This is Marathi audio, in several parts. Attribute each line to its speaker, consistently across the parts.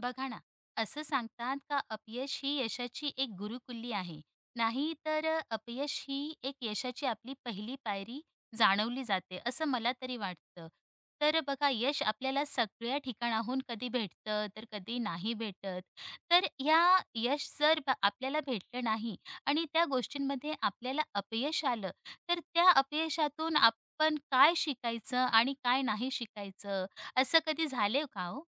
Speaker 1: बघा ना, असं सांगतात का अपयश ही यशाची एक गुरुकिल्ली आहे. नाही तर अपयश ही एक यशाची आपली पहिली पायरी जाणवली जाते, असं मला तरी वाटतं. तर बघा, यश आपल्याला सगळ्या ठिकाणाहून कधी भेटतं, तर कधी नाही भेटत. तर ह्या यश जर आपल्याला भेटलं नाही आणि त्या गोष्टींमध्ये आपल्याला अपयश आलं, तर त्या अपयशातून आपण काय शिकायचं आणि काय नाही शिकायचं, असं कधी झाले का हो?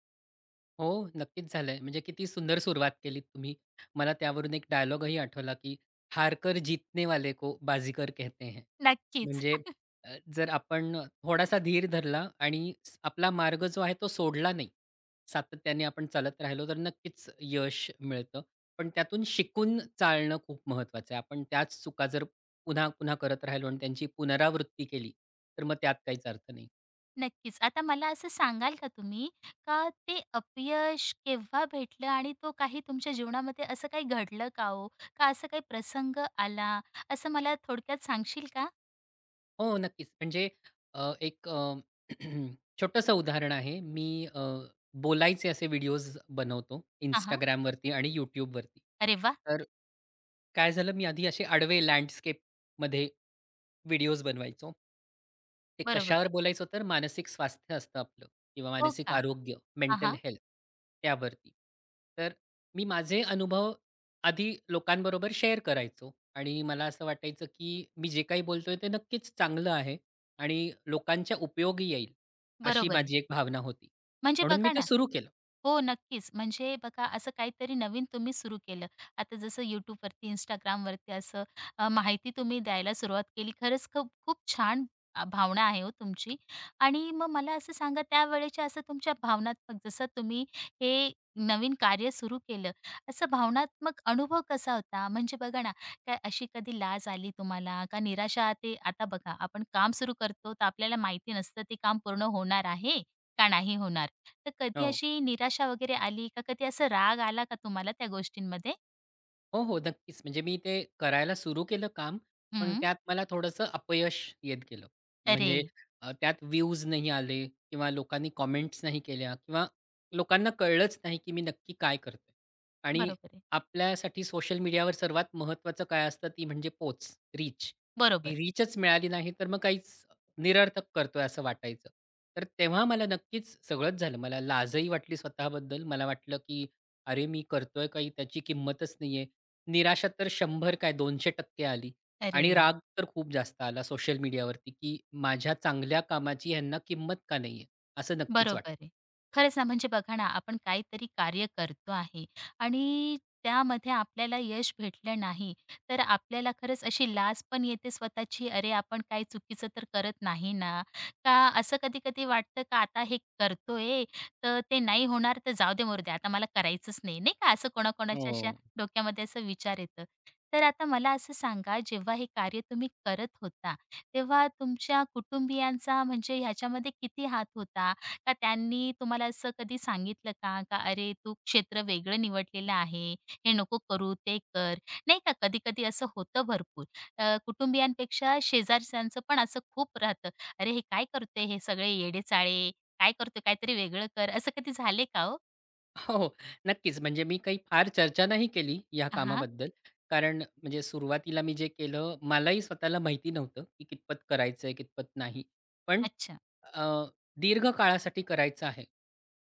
Speaker 2: हो, नक्कीच झालंय. म्हणजे किती सुंदर सुरुवात केलीत तुम्ही. मला त्यावरून एक डायलॉगही आठवला, की "हारकर जीतने वाले को बाजीकर कहते हैं."
Speaker 1: नक्कीच.
Speaker 2: म्हणजे जर आपण थोडासा धीर धरला आणि आपला मार्ग जो आहे तो सोडला नाही. सातत्याने आपण चालत राहिलो तर नक्कीच यश मिळतं. पण त्यातून शिकून चालणं खूप महत्त्वाचं आहे. आपण त्याच चुका जर पुन्हा-पुन्हा करत राहिलो आणि त्यांची पुनरावृत्ती केली, तर मग त्यात काहीच अर्थ नाही.
Speaker 1: नक्कीच. आता मला असं सांगाल का तुम्ही, का ते अपयश केव्हा भेटलं आणि तो काही तुमच्या जीवनामध्ये असं काही घडलं का हो? का असं काही प्रसंग आला, असं मला थोडक्यात सांगशील का?
Speaker 2: हो, नक्कीच. म्हणजे एक छोटंसं उदाहरण आहे. मी अ, बोलायचे असे व्हिडिओज बनवतो
Speaker 1: हां, हां.
Speaker 2: Instagramवरती आणि YouTubeवरती.
Speaker 1: अरे वा,
Speaker 2: तर काय झालं, मी आधी असे आडवे लँडस्केपमध्ये व्हिडिओज बनवायचो. ते
Speaker 1: बरोबर.
Speaker 2: कशावर बोलायचो तर मानसिक स्वास्थ्य असतं आपलं किंवा
Speaker 1: हो
Speaker 2: मानसिक
Speaker 1: का?
Speaker 2: आरोग्य,
Speaker 1: हां,
Speaker 2: मेंटल
Speaker 1: हां.
Speaker 2: हेल्थ त्यावरती. तर मी माझे अनुभव आधी लोकांबरोबर शेअर करायचो आणि मला असं वाटायचं, की मी जे काही बोलतोय ते नक्कीच चांगलं आहे आणि लोकांच्या उपयोगी येईल, अशी
Speaker 1: बरोबर आहे.
Speaker 2: माझी एक भावना होती.
Speaker 1: म्हणजे
Speaker 2: म्हणून मी
Speaker 1: बघा
Speaker 2: ते
Speaker 1: ना
Speaker 2: सुरू केलं.
Speaker 1: हो, नक्कीच. म्हणजे बघा असं काहीतरी नवीन तुम्ही सुरू केलं. आता जसं YouTubeवरती, Instagramवरती असं माहिती तुम्ही द्यायला सुरुवात केली. खरंच खूप खूप छान भावना आहे हो तुमची. आणि मग मला असं सांगा त्यावेळेच्या असं तुमच्या भावनात्मक जसं तुम्ही हे नवीन कार्य सुरू केलं, असं भावनात्मक अनुभव कसा होता? म्हणजे बघा ना, काय अशी कधी लाज आली तुम्हाला का निराशा? ते आता बघा आपण काम सुरू करतो तर आपल्याला माहिती नसतं ते काम पूर्ण होणार आहे का नाही होणार. तर कधी
Speaker 2: हो.
Speaker 1: अशी निराशा वगैरे आली का? कधी असा राग आला का तुम्हाला त्या गोष्टींमध्ये?
Speaker 2: हो, हो. नक्कीच. म्हणजे मी ते करायला सुरू केलं काम, पण
Speaker 1: हं.
Speaker 2: त्यात मला थोडंसं अपयश येत गेलं.
Speaker 1: अरे!
Speaker 2: म्हणजे त्यात व्ह्यूज नाही आले किंवा लोकांनी कमेंट्स नाही केल्या किंवा लोकांना कळलंच नाही, की मी नक्की काय करतोय. आणि
Speaker 1: बरोबर आहे.
Speaker 2: आपल्यासाठी सोशल मीडियावर सर्वात महत्त्वाचं काय असतं ती म्हणजे पोच, रीच.
Speaker 1: बरोबर.
Speaker 2: ती रीचच मिळाली नाही, तर मग काहीच निरर्थक करतोय असं वाटायचं. तर तेव्हा मला नक्कीच सगळंच झालं. मला लाजही वाटली स्वतःबद्दल. मला वाटलं, की अरे, मी करतोय काही त्याची किंमतच नाहीये. निराशा तर 100 काय 200% आली
Speaker 1: अरे!
Speaker 2: आणि राग तर खूप जास्त आला सोशल मीडियावरती, की माझ्या चांगल्या कामाची ह्यांना किंमत का नाहीये? असं नक्कीच वाटतं.
Speaker 1: बरोबर आहे. खरंच ना, म्हणजे बघा ना, आपण काहीतरी कार्य करतो आहे आणि त्यामध्ये आपल्याला यश भेटलं नाही, तर आपल्याला खरंच अशी लाज पण येते स्वतःची, "अरे, आपण काही चुकीचं तर करत नाही ना?" का असं कधी-कधी वाटतं का आता हे करतोय, तर ते नाही होणार, तर जाऊ दे, मरू दे, आता मला करायचंच नाही, नाही का? असं कोणाकोणाच्या अशा
Speaker 2: हो.
Speaker 1: डोक्यामध्ये असं विचार येतं. तर आता मला असं सांगा, जेव्हा हे कार्य तुम्ही करत होता, तेव्हा तुमच्या कुटुंबियांचा म्हणजे ह्याच्यामध्ये किती हात होता? का त्यांनी तुम्हाला असं कधी सांगितलं का, का "अरे, तू क्षेत्र वेगळं निवडलेलं आहे. हे नको करू, ते कर." नाही का कधी-कधी असं होतं भरपूर. कुटुंबियांपेक्षा शेजारच्यांचं पण असं खूप राहतं. "अरे, हे काय करते हे सगळे येडेचाळे? काय करतोय? काहीतरी वेगळं कर." असं कधी झाले का हो?
Speaker 2: हो, नक्कीच. म्हणजे मी काही फार चर्चा नाही केली या
Speaker 1: हां,
Speaker 2: कामाबद्दल. कारण म्हणजे सुरुवातीला मी जे केलं, मलाही स्वतःला माहिती नव्हतं, की कितपत करायचंय, कितपत नाही. पण
Speaker 1: अच्छा.
Speaker 2: अ, दीर्घ काळासाठी करायचं आहे.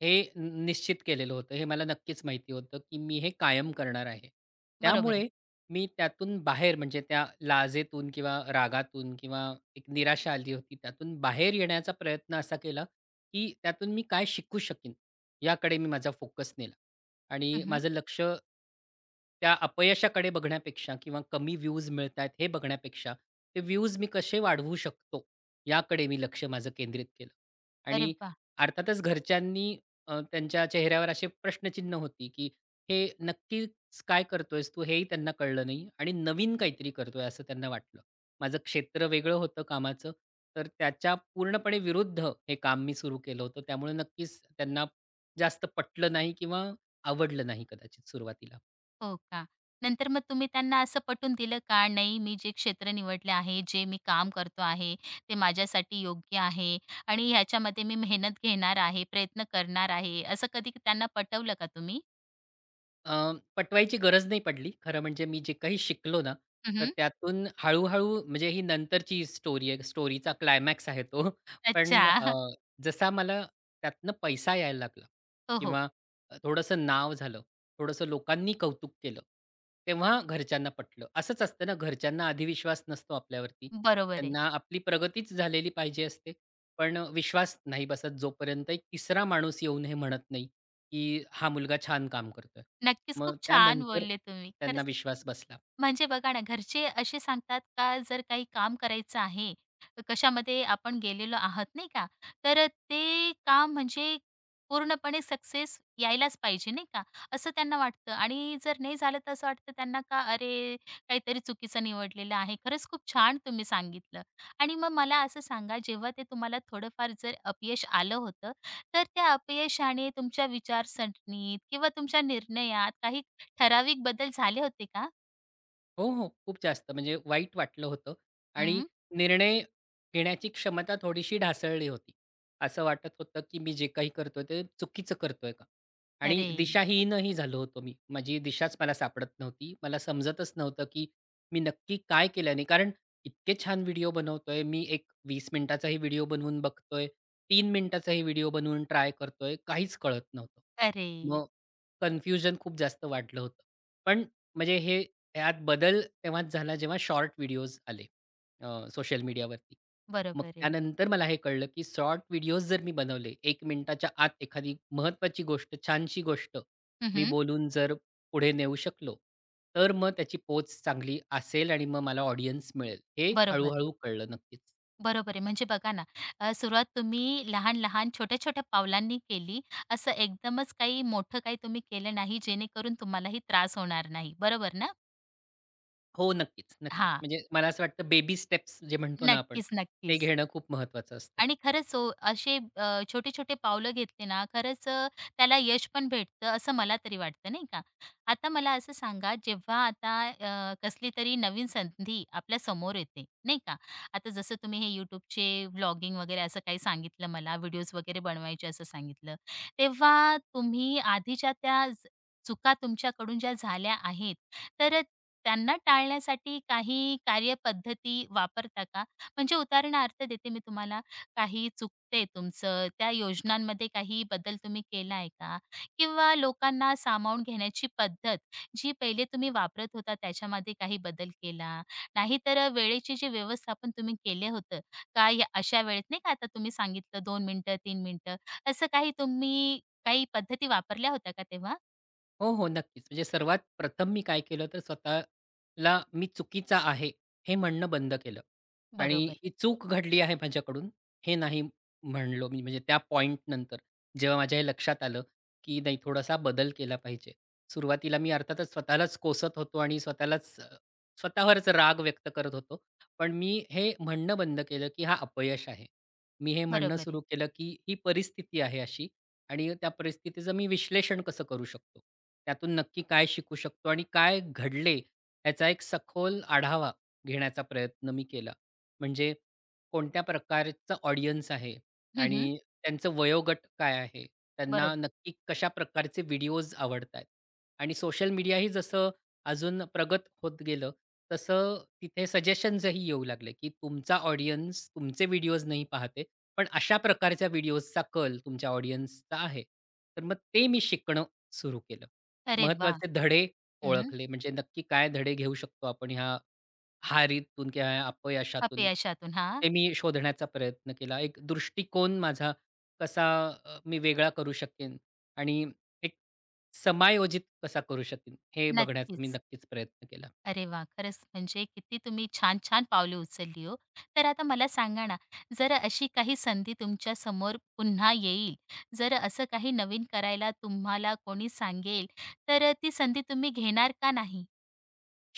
Speaker 2: हे न निश्चित केलेलं होतं. हे मला नक्कीच माहिती होतं, की मी हे कायम करणार आहे.
Speaker 1: बरोबर आहे.
Speaker 2: त्यामुळे मी त्यातून बाहेर म्हणजे त्या लाजेतून किंवा रागातून किंवा एक निराशा आली होती त्यातून बाहेर येण्याचा प्रयत्न असा केला, की त्यातून मी काय शिकू शकीन याकडे मी माझा फोकस नेला आणि
Speaker 1: हं,
Speaker 2: माझं लक्ष त्या अपयशाकडे बघण्यापेक्षा किंवा कमी व्ह्यूज मिळतायत हे बघण्यापेक्षा, ते व्ह्यूज मी कसे वाढवू शकतो याकडे मी लक्ष माझं केंद्रित केलं.
Speaker 1: अरे
Speaker 2: आणि
Speaker 1: वाह!
Speaker 2: अर्थातच घरच्यांनी त्यांच्या चेहऱ्यावर असे प्रश्नचिन्ह होती, की "हे नक्कीच काय करतोयस तू?" हेही त्यांना कळलं नाही आणि नवीन काहीतरी करतोय असं त्यांना वाटलं. माझं क्षेत्र वेगळं होतं कामाचं, तर त्याच्या पूर्णपणे विरुद्ध हे काम मी सुरू केलं होतं. त्यामुळे नक्कीच त्यांना जास्त पटलं नाही किंवा आवडलं नाही कदाचित सुरुवातीला.
Speaker 1: हो का? नंतर मग तुम्ही त्यांना असं पटवून दिलं का? नाही, मी जे क्षेत्र निवडले आहे, जे मी काम करतो आहे, ते माझ्यासाठी योग्य आहे आणि ह्याच्यामध्ये मी मेहनत घेणार आहे, प्रयत्न करणार आहे, असं कधी त्यांना पटवलं का तुम्ही?
Speaker 2: पटवायची गरज नाही पडली. खरं म्हणजे मी जे काही शिकलो ना, तर
Speaker 1: हं,
Speaker 2: त्यातून हळू-हळू म्हणजे ही नंतरची स्टोरी आहे. स्टोरीचा क्लायमॅक्स आहे तो.
Speaker 1: अच्छा.
Speaker 2: पण जसा मला त्यातनं पैसा यायला लागला
Speaker 1: हो, हो.
Speaker 2: किंवा थोडंसं नाव झालं, थोडंसं लोकांनी कौतुक केलं, तेव्हा घरच्यांना पटलं. असंच असतं ना, घरच्यांना आधी विश्वास नसतो आपल्यावरती.
Speaker 1: बरोबर आहे.
Speaker 2: त्यांना आपली प्रगतीच झालेली पाहिजे असते. पण विश्वास नाही बसत जोपर्यंत एक तिसरा माणूस येऊन हे म्हणत नाही, की हा मुलगा छान काम करतोय.
Speaker 1: नक्कीच,
Speaker 2: मग
Speaker 1: खूप छान
Speaker 2: त्यानंतर
Speaker 1: बोलले तुम्ही.
Speaker 2: त्यांना
Speaker 1: खरंच
Speaker 2: विश्वास बसला.
Speaker 1: म्हणजे बघा ना, घरचे असे सांगतात का जर काही काम करायचं आहे, कशामध्ये आपण गेलेलो आहात नाही का, तर ते काम म्हणजे पूर्णपणे सक्सेस यायलाच पाहिजे नाही का, असं त्यांना वाटतं आणि जर नाही झालं तर असं वाटतं त्यांना का अरे, काहीतरी चुकीचं निवडलेलं आहे. खरंच खूप छान तुम्ही सांगितलं आणि मग मला असं सांगा जेव्हा ते तुम्हाला थोडंफार जर अपयश आलं होतं, तर त्या अपयशाने तुमच्या विचारसरणीत किंवा तुमच्या निर्णयात काही ठराविक बदल झाले होते का?
Speaker 2: हो, हो. खूप जास्त म्हणजे वाईट वाटलं होतं आणि
Speaker 1: हं.
Speaker 2: निर्णय घेण्याची क्षमता थोडीशी ढासळली होती. असं वाटत होतं, की मी जे काही करतोय ते चुकीचं करतोय का? आणि
Speaker 1: अरे!
Speaker 2: दिशाहीनही झालो होतो मी. माझी दिशाच मला सापडत नव्हती. मला समजतच नव्हतं, की मी नक्की काय केल्याने कारण इतके छान व्हिडिओ बनवतोय. मी एक 20 मिनिटाचाही व्हिडिओ बनवून बघतोय. 3 मिनिटाचाही व्हिडिओ बनवून ट्राय करतोय. काहीच कळत नव्हतं.
Speaker 1: अरे!
Speaker 2: मग कन्फ्युजन खूप जास्त वाढलं होतं. पण म्हणजे हे त्यात बदल तेव्हाच झाला जेव्हा शॉर्ट व्हिडिओज आले सोशल मीडियावरती. मग
Speaker 1: बरोबर आहे.
Speaker 2: त्यानंतर मला हे कळलं, की शॉर्ट व्हिडिओज जर मी बनवले 1 मिनिटाच्या आत एखादी महत्त्वाची गोष्ट, छानशी गोष्ट
Speaker 1: हं,
Speaker 2: मी
Speaker 1: हं.
Speaker 2: बोलून जर पुढे नेऊ शकलो, तर मग त्याची पोच चांगली असेल आणि मग मला ऑडियन्स मिळेल. हे
Speaker 1: बरोबर आहे.
Speaker 2: हळू कळलं नक्कीच.
Speaker 1: बरोबर आहे. म्हणजे बघा ना, सुरुवात तुम्ही लहान-लहान, छोट्या-छोट्या पावलांनी केली. असं एकदमच काही मोठं काही तुम्ही केलं नाही, जेणेकरून तुम्हालाही त्रास होणार नाही. बरोबर ना?
Speaker 2: हो, नक्कीच, नक्कीच.
Speaker 1: हा,
Speaker 2: म्हणजे मला असं वाटतं बेबी स्टेप्स जे म्हणतो ना आपण,
Speaker 1: नक्कीच,
Speaker 2: ते
Speaker 1: नक्कीच.
Speaker 2: घेणं खूप महत्त्वाचं असतं.
Speaker 1: आणि खरंच हो, असे छोटे-छोटे पावलं घेतले ना, खरंच त्याला यश पण भेटतं असं मला तरी वाटतं, नाही का? आता मला असं सांगा, जेव्हा आता कसली तरी नवीन संधी आपल्या समोर येते, नाही का? आता जसं तुम्ही हे YouTubeचे व्लॉगिंग वगैरे असं काही सांगितलं मला, व्हिडिओज वगैरे बनवायचे असं सांगितलं. तेव्हा तुम्ही आधीच्या त्या चुका तुमच्याकडून ज्या झाल्या आहेत, तर त्यांना टाळण्यासाठी काही कार्यपद्धती वापरता का? म्हणजे उदाहरणार्थ देते मी तुम्हाला. काही चुकते तुमचं, त्या योजनांमध्ये काही बदल तुम्ही केला आहे का? किंवा लोकांना सामावून घेण्याची पद्धत जी पहिले तुम्ही वापरत होता त्याच्यामध्ये काही बदल केला? नाहीतर वेळेचे जे व्यवस्थापन तुम्ही केले होतं का या अशा वेळेत नाही का आता तुम्ही सांगितलं 2 मिनिटं, 3 मिनिटं असं काही तुम्ही काही पद्धती वापरल्या होत्या का तेव्हा?
Speaker 2: हो, हो. नक्कीच. म्हणजे सर्वात प्रथम मी काय केलं तर स्वतःला मी चुकीचा आहे, हे म्हणणं बंद केलं. आणि
Speaker 1: बरोबर,
Speaker 2: ही चूक घडली आहे माझ्याकडून हे नाही म्हणलो मी. म्हणजे त्या पॉइंटनंतर जेव्हा माझ्या हे लक्षात आलं, की नाही थोडासा बदल केला पाहिजे. सुरुवातीला मी अर्थातच स्वतःलाच कोसत होतो आणि स्वतःलाच स्वतःवरच राग व्यक्त करत होतो. पण मी हे म्हणणं बंद केलं, की हा अपयश आहे. मी हे म्हणणं
Speaker 1: बरोबर आहे.
Speaker 2: सुरू केलं, की ही परिस्थिती आहे अशी आणि त्या परिस्थितीचं मी विश्लेषण कसं करू शकतो? त्यातून नक्की काय शिकू शकतो आणि काय घडले याचा एक सखोल आढावा घेण्याचा प्रयत्न मी केला. म्हणजे कोणत्या प्रकारचा ऑडियन्स आहे
Speaker 1: हं, हं.
Speaker 2: आणि त्यांचं वयोगट काय आहे? त्यांना
Speaker 1: बरोबर.
Speaker 2: नक्की कशा प्रकारचे व्हिडिओज आवडतायत? आणि सोशल मीडियाही जसं अजून प्रगत होत गेलं, तसं तिथे सजेशन्सही येऊ लागले, की तुमचा ऑडियन्स तुमचे व्हिडिओज नाही पाहत पण अशा प्रकारच्या व्हिडिओजचा कल तुमच्या ऑडियन्सचा आहे. तर मग ते मी शिकणं सुरू केलं.
Speaker 1: अरे वाह!
Speaker 2: महत्त्वाचे धडे
Speaker 1: हं,
Speaker 2: ओळखले, म्हणजे नक्की काय धडे घेऊ शकतो आपण ह्या हारीतून किंवा ह्या अपयशातून,
Speaker 1: अपयशातून. हां,
Speaker 2: ते मी शोधण्याचा प्रयत्न केला. एक दृष्टिकोन माझा कसा मी वेगळा करू शकेन आणि एक समायोजित कसा करू शकेन, हे बघण्याचा मी
Speaker 1: नक्कीच.
Speaker 2: नक्कीच प्रयत्न केला.
Speaker 1: अरे वाह! खरंच म्हणजे किती तुम्ही छान-छान पावले उचलली हो. तर आता मला सांगा ना, जर अशी काही संधी तुमच्या समोर पुन्हा येईल, जर असं काही नवीन करायला तुम्हाला कोणी सांगेल, तर ती संधी तुम्ही घेणार का नाही?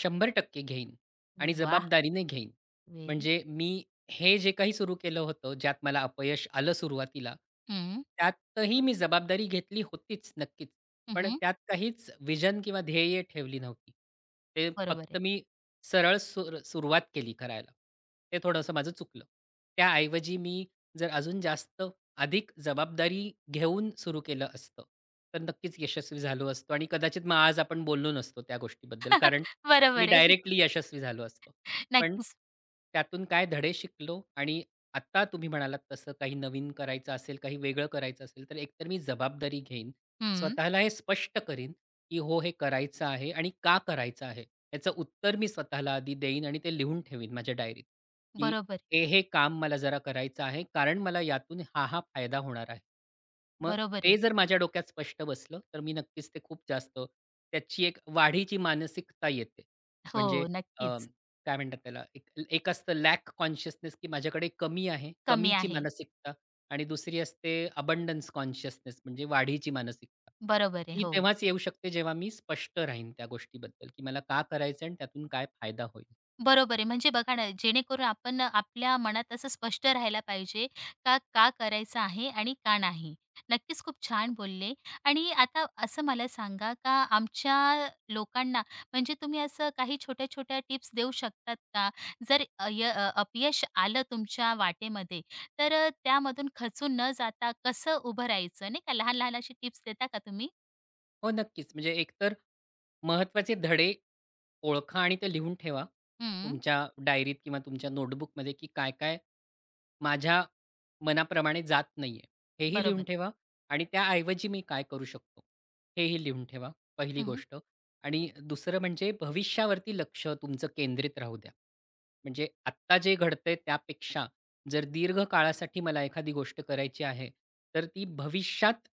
Speaker 2: 100% घेईन आणि
Speaker 1: वाह!
Speaker 2: जबाबदारीने घेईन.
Speaker 1: व्हेरी
Speaker 2: म्हणजे मी हे जे काही सुरू केलं होतं, ज्यात मला अपयश आलं सुरुवातीला,
Speaker 1: हं,
Speaker 2: त्यातही मी जबाबदारी घेतली होतीच नक्कीच. पण
Speaker 1: हं,
Speaker 2: त्यात काहीच व्हिजन किंवा ध्येय ठेवली नव्हती. ते
Speaker 1: बरोबर
Speaker 2: फक्त
Speaker 1: आहे.
Speaker 2: मी सरळ सुरुवात केली करायला. ते थोडंसं माझं चुकलं. त्याऐवजी मी जर अजून जास्त अधिक जबाबदारी घेऊन सुरू केलं असतं, तर नक्कीच यशस्वी झालो असतो आणि कदाचित मग आज आपण बोललो नसतो त्या गोष्टीबद्दल. कारण मी
Speaker 1: बरोबर आहे.
Speaker 2: डायरेक्टली यशस्वी झालो असतो. पण
Speaker 1: नक्कीच.
Speaker 2: त्यातून काय धडे शिकलो आणि आत्ता तुम्ही म्हणालात तसं काही नवीन करायचं असेल, काही वेगळं करायचं असेल, तर एकतर मी जबाबदारी घेईन.
Speaker 1: हं.
Speaker 2: स्वतःला हे स्पष्ट करीन, की हो, हे करायचं आहे आणि का करायचं आहे. याचं उत्तर मी स्वतःला आधी देईन आणि ते लिहून ठेवीन माझ्या डायरीत, की
Speaker 1: बरोबर,
Speaker 2: हे काम मला जरा करायचं आहे, कारण मला यातून हा फायदा होणार आहे. मग
Speaker 1: बरोबर
Speaker 2: ते
Speaker 1: आहे.
Speaker 2: जर माझ्या डोक्यात स्पष्ट बसलं, तर मी नक्कीच ते खूप जास्त त्याची एक वाढीची मानसिकता येते. म्हणजे
Speaker 1: हो,
Speaker 2: अ,
Speaker 1: नक्कीच.
Speaker 2: काय म्हणतात त्याला, एक एक असतं लॅक कॉन्शियसनेस, की माझ्याकडे कमी आहे,
Speaker 1: कमी
Speaker 2: कमीची
Speaker 1: आहे.
Speaker 2: मानसिकता आणि दुसरी असते अबंडन्स कॉन्शियसनेस म्हणजे वाढीची मानसिकता.
Speaker 1: बरोबर आहे.
Speaker 2: ती
Speaker 1: हो.
Speaker 2: तेव्हाच येऊ शकते जेव्हा मी स्पष्ट राहीन त्या गोष्टीबद्दल, की मला का करायचं आहे आणि त्यातून काय फायदा होईल.
Speaker 1: बरोबर आहे. म्हणजे बघा ना, जेणेकरून आपण आपल्या मनात असं स्पष्ट राहायला पाहिजे का, का करायचं आहे आणि का नाही. नक्कीच खूप छान बोलले आणि आता असं मला सांगा का आमच्या लोकांना म्हणजे तुम्ही असं काही छोट्या-छोट्या टिप्स देऊ शकतात का? जर अपयश आलं तुमच्या वाटेमध्ये तर त्यामधून खचून न जाता कसं उभं राहायचं नाही का? लहान-लहान अशी टिप्स देता का तुम्ही?
Speaker 2: हो, नक्कीच. म्हणजे एकतर महत्त्वाचे धडे ओळखा आणि ते लिहून ठेवा
Speaker 1: हं,
Speaker 2: तुमच्या डायरीत किंवा तुमच्या नोटबुकमध्ये, की काय-काय माझ्या मनाप्रमाणे जात नाहीये, हेही
Speaker 1: बरोबर
Speaker 2: लिहून
Speaker 1: आहे.
Speaker 2: ठेवा आणि त्याऐवजी मी काय करू शकतो, हेही लिहून ठेवा, पहिली
Speaker 1: हं.
Speaker 2: गोष्ट. आणि दुसरं म्हणजे भविष्यावरती लक्ष तुमचं केंद्रित राहू द्या. म्हणजे आत्ता जे घडतंय त्यापेक्षा जर दीर्घ काळासाठी मला एखादी गोष्ट करायची आहे, तर ती भविष्यात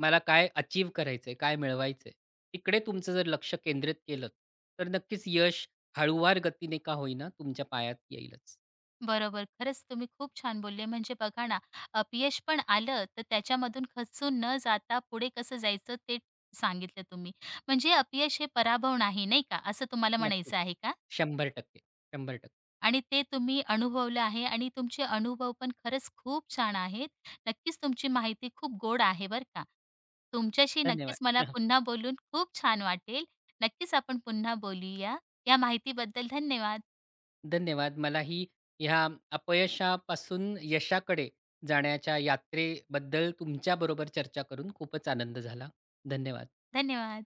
Speaker 2: मला काय अचीव करायचंय, काय मिळवायचंय, तिकडे तुमचं जर लक्ष केंद्रित केलंत, तर नक्कीच यश हळूवार गतीने का होईना तुमच्या पायात येईलच.
Speaker 1: बरोबर. खरंच तुम्ही खूप छान बोलले. म्हणजे बघा ना, अपयश पण आलं, तर त्याच्यामधून खचून न जाता पुढे कसं जायचं ते सांगितलं तुम्ही. म्हणजे अपयश हे पराभव नाही, नाही का? असं तुम्हाला
Speaker 2: नक्कीच.
Speaker 1: म्हणायचं आहे का?
Speaker 2: 100% 100%.
Speaker 1: आणि ते तुम्ही अनुभवलं आहे आणि तुमचे अनुभव पण खरंच खूप छान आहेत. नक्कीच तुमची माहिती खूप गोड आहे बरं का. तुमच्याशी
Speaker 2: धन्यवाद.
Speaker 1: नक्कीच मला पुन्हा बोलून खूप छान वाटेल. नक्कीच आपण पुन्हा बोलूया. या माहितीबद्दल धन्यवाद.
Speaker 2: धन्यवाद. मलाही ह्या अपयशापासून यशाकडे जाण्याच्या यात्रेबद्दल तुमच्याबरोबर चर्चा करून खूपच आनंद झाला. धन्यवाद.
Speaker 1: धन्यवाद.